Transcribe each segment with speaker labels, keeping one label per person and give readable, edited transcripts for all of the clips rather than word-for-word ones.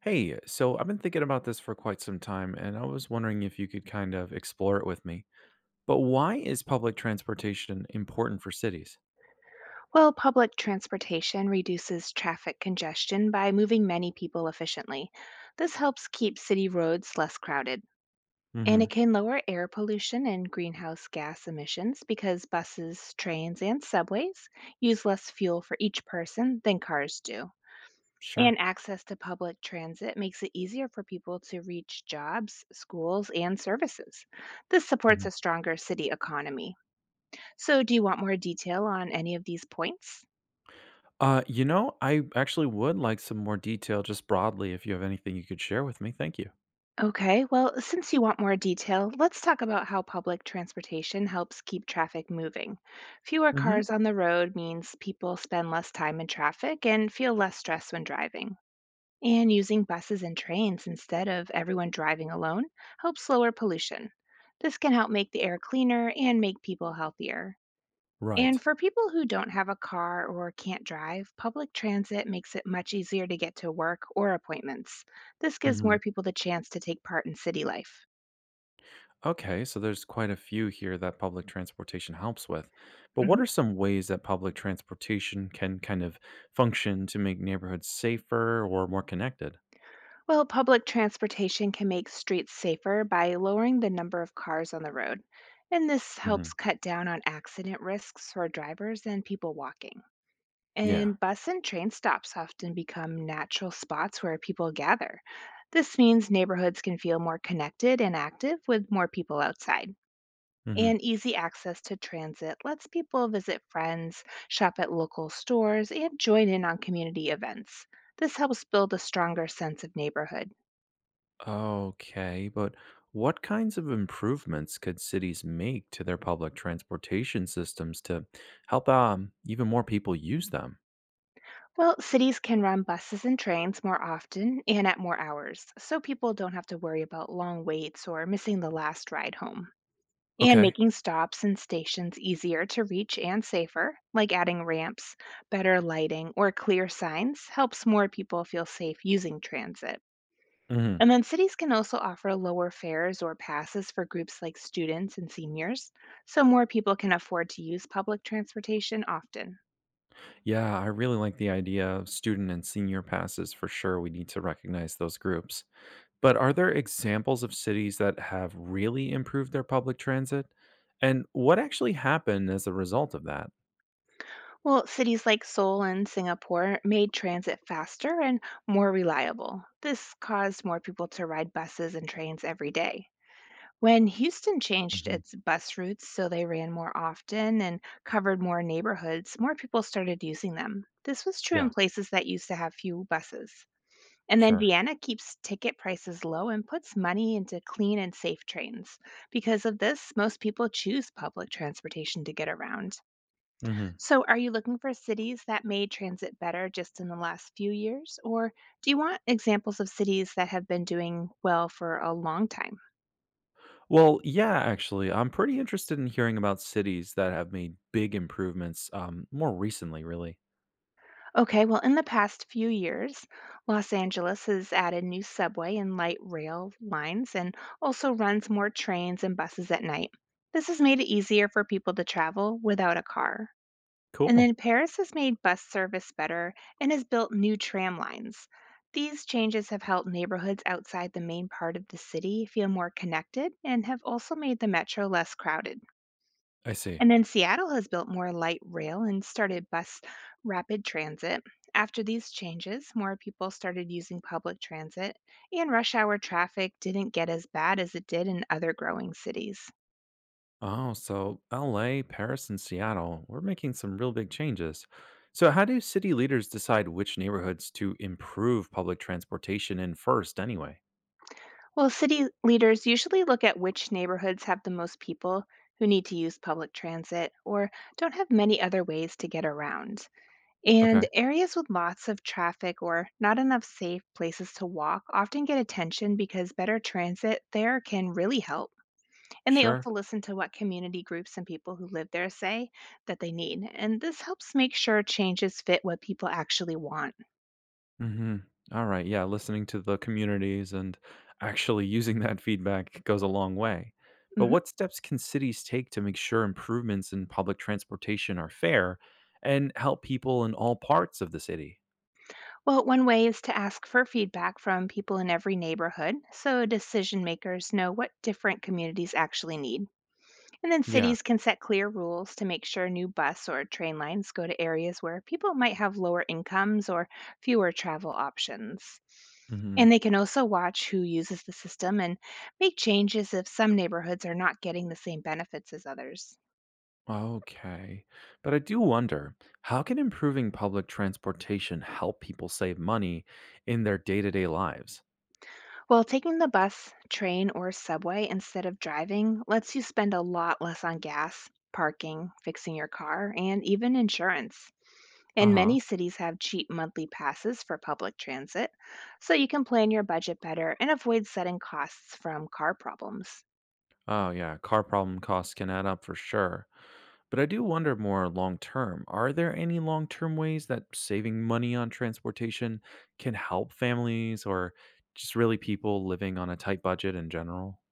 Speaker 1: Hey, so I've been thinking about this for quite some time, and I was wondering if you could kind of explore it with me. But why is public transportation important for cities?
Speaker 2: Well, public transportation reduces traffic congestion by moving many people efficiently. This helps keep city roads less crowded. And it
Speaker 1: Mm-hmm.
Speaker 2: can lower air pollution and greenhouse gas emissions because buses, trains, and subways use less fuel for each person than cars do. And
Speaker 1: Sure.
Speaker 2: access to public transit makes it easier for people to reach jobs, schools, and services. This supports
Speaker 1: Hmm.
Speaker 2: a stronger city economy. So, do you want more detail on any of these points?
Speaker 1: I actually would like some more detail just broadly if you have anything you could share with me. Thank you.
Speaker 2: Okay, well, since you want more detail, let's talk about how public transportation helps keep traffic moving. Fewer
Speaker 1: Hmm.
Speaker 2: cars on the road means people spend less time in traffic and feel less stress when driving. And using buses and trains instead of everyone driving alone helps lower pollution. This can help make the air cleaner and make people healthier. And
Speaker 1: Right.
Speaker 2: for people who don't have a car or can't drive, public transit makes it much easier to get to work or appointments. This gives
Speaker 1: Hmm.
Speaker 2: more people the chance to take part in city life.
Speaker 1: Okay, so there's quite a few here that public transportation helps with. But what
Speaker 2: Mhm.
Speaker 1: are some ways that public transportation can kind of function to make neighborhoods safer or more connected?
Speaker 2: Well, public transportation can make streets safer by lowering the number of cars on the road, and this
Speaker 1: Hmm.
Speaker 2: helps cut down on accident risks for drivers and people walking.
Speaker 1: Yeah.
Speaker 2: And bus and train stops often become natural spots where people gather. This means neighborhoods can feel more connected and active with more people outside. And
Speaker 1: Hmm.
Speaker 2: easy access to transit lets people visit friends, shop at local stores, and join in on community events. This helps build a stronger sense of neighborhood.
Speaker 1: Okay, but what kinds of improvements could cities make to their public transportation systems to help even more people use them?
Speaker 2: Well, cities can run buses and trains more often and at more hours, so people don't have to worry about long waits or missing the last ride home. And
Speaker 1: Okay.
Speaker 2: making stops and stations easier to reach and safer, like adding ramps, better lighting, or clear signs, helps more people feel safe using transit.
Speaker 1: Hmm.
Speaker 2: And then cities can also offer lower fares or passes for groups like students and seniors, so more people can afford to use public transportation often.
Speaker 1: Yeah, I really like the idea of student and senior passes for sure. We need to recognize those groups. But are there examples of cities that have really improved their public transit? And what actually happened as a result of that?
Speaker 2: Well, cities like Seoul and Singapore made transit faster and more reliable. This caused more people to ride buses and trains every day. When Houston changed
Speaker 1: Hmm.
Speaker 2: its bus routes so they ran more often and covered more neighborhoods, more people started using them. This was true
Speaker 1: Yeah,
Speaker 2: in places that used to have few buses. And then
Speaker 1: sure.
Speaker 2: Vienna keeps ticket prices low and puts money into clean and safe trains. Because of this, most people choose public transportation to get around.
Speaker 1: Mm-hmm.
Speaker 2: So, are you looking for cities that made transit better just in the last few years? Or do you want examples of cities that have been doing well for a long time?
Speaker 1: Well, yeah, actually, I'm pretty interested in hearing about cities that have made big improvements more recently, really.
Speaker 2: Okay, well, in the past few years, Los Angeles has added new subway and light rail lines and also runs more trains and buses at night. This has made it easier for people to travel without a car. And
Speaker 1: Cool.
Speaker 2: then Paris has made bus service better and has built new tram lines. These changes have helped neighborhoods outside the main part of the city feel more connected and have also made the metro less crowded.
Speaker 1: I see.
Speaker 2: And then Seattle has built more light rail and started bus rapid transit. After these changes, more people started using public transit, and rush hour traffic didn't get as bad as it did in other growing cities.
Speaker 1: Oh, so LA, Paris, and Seattle, we're making some real big changes. So, how do city leaders decide which neighborhoods to improve public transportation in first, anyway?
Speaker 2: Well, city leaders usually look at which neighborhoods have the most people who need to use public transit or don't have many other ways to get around. And
Speaker 1: Okay,
Speaker 2: areas with lots of traffic or not enough safe places to walk often get attention because better transit there can really help. And they
Speaker 1: sure.
Speaker 2: also listen to what community groups and people who live there say that they need. And this helps make sure changes fit what people actually want.
Speaker 1: Mhm. All right. Yeah, listening to the communities and actually using that feedback goes a long way. But
Speaker 2: Mhm.
Speaker 1: what steps can cities take to make sure improvements in public transportation are fair and help people in all parts of the city?
Speaker 2: Well, one way is to ask for feedback from people in every neighborhood so decision makers know what different communities actually need. And then
Speaker 1: Yeah.
Speaker 2: cities can set clear rules to make sure new bus or train lines go to areas where people might have lower incomes or fewer travel options.
Speaker 1: Hmm.
Speaker 2: And they can also watch who uses the system and make changes if some neighborhoods are not getting the same benefits as others.
Speaker 1: Okay. But I do wonder, how can improving public transportation help people save money in their day to day lives?
Speaker 2: Well, taking the bus, train, or subway instead of driving lets you spend a lot less on gas, parking, fixing your car, and even insurance.
Speaker 1: Uh
Speaker 2: And
Speaker 1: huh.
Speaker 2: many cities have cheap monthly passes for public transit, so you can plan your budget better and avoid sudden costs from car problems.
Speaker 1: Oh, yeah. Car problem costs can add up for sure. But I do wonder more long term. Are there any long term ways that saving money on transportation can help families or just really people living on a tight budget in general?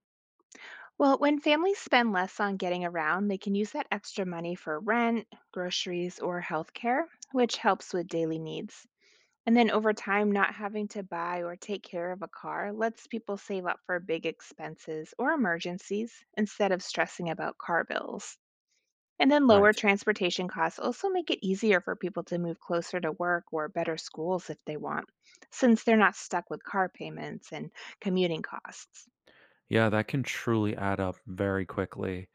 Speaker 2: Well, when families spend less on getting around, they can use that extra money for rent, groceries, or healthcare, which helps with daily needs. And then over time, not having to buy or take care of a car lets people save up for big expenses or emergencies instead of stressing about car bills. And then lower
Speaker 1: Right.
Speaker 2: transportation costs also make it easier for people to move closer to work or better schools if they want, since they're not stuck with car payments and commuting costs.
Speaker 1: Yeah, that can truly add up very quickly.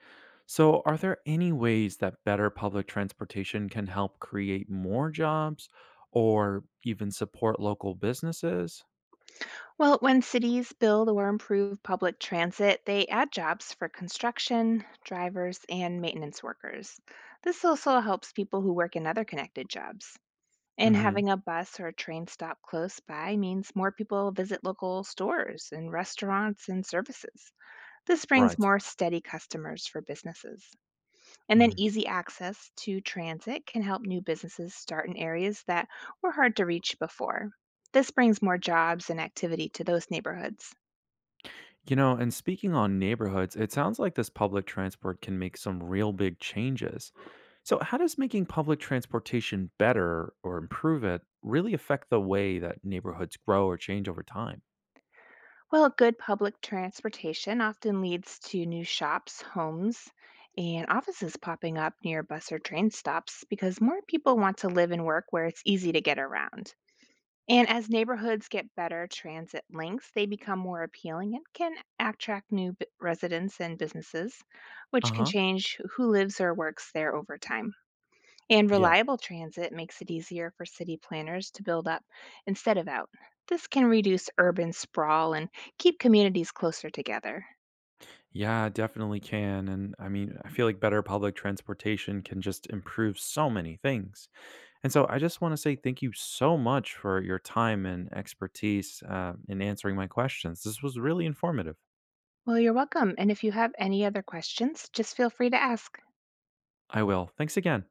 Speaker 1: So, are there any ways that better public transportation can help create more jobs or even support local businesses?
Speaker 2: Well, when cities build or improve public transit, they add jobs for construction, drivers, and maintenance workers. This also helps people who work in other connected jobs. And
Speaker 1: Hmm.
Speaker 2: having a bus or a train stop close by means more people visit local stores and restaurants and services. This brings
Speaker 1: Right.
Speaker 2: more steady customers for businesses. And then
Speaker 1: Mhm.
Speaker 2: easy access to transit can help new businesses start in areas that were hard to reach before. This brings more jobs and activity to those neighborhoods.
Speaker 1: You know, and speaking on neighborhoods, it sounds like this public transport can make some real big changes. So, how does making public transportation better or improve it really affect the way that neighborhoods grow or change over time?
Speaker 2: Well, good public transportation often leads to new shops, homes, and offices popping up near bus or train stops because more people want to live and work where it's easy to get around. And as neighborhoods get better transit links, they become more appealing and can attract residents and businesses,
Speaker 1: Uh
Speaker 2: which can
Speaker 1: huh.
Speaker 2: change who lives or works there over time. And
Speaker 1: Yeah.
Speaker 2: reliable transit makes it easier for city planners to build up instead of out. This can reduce urban sprawl and keep communities closer together.
Speaker 1: Yeah, it definitely can. And I mean, I feel like better public transportation can just improve so many things. And so, I just want to say thank you so much for your time and expertise in answering my questions. This was really informative.
Speaker 2: Well, you're welcome. And if you have any other questions, just feel free to ask.
Speaker 1: I will. Thanks again.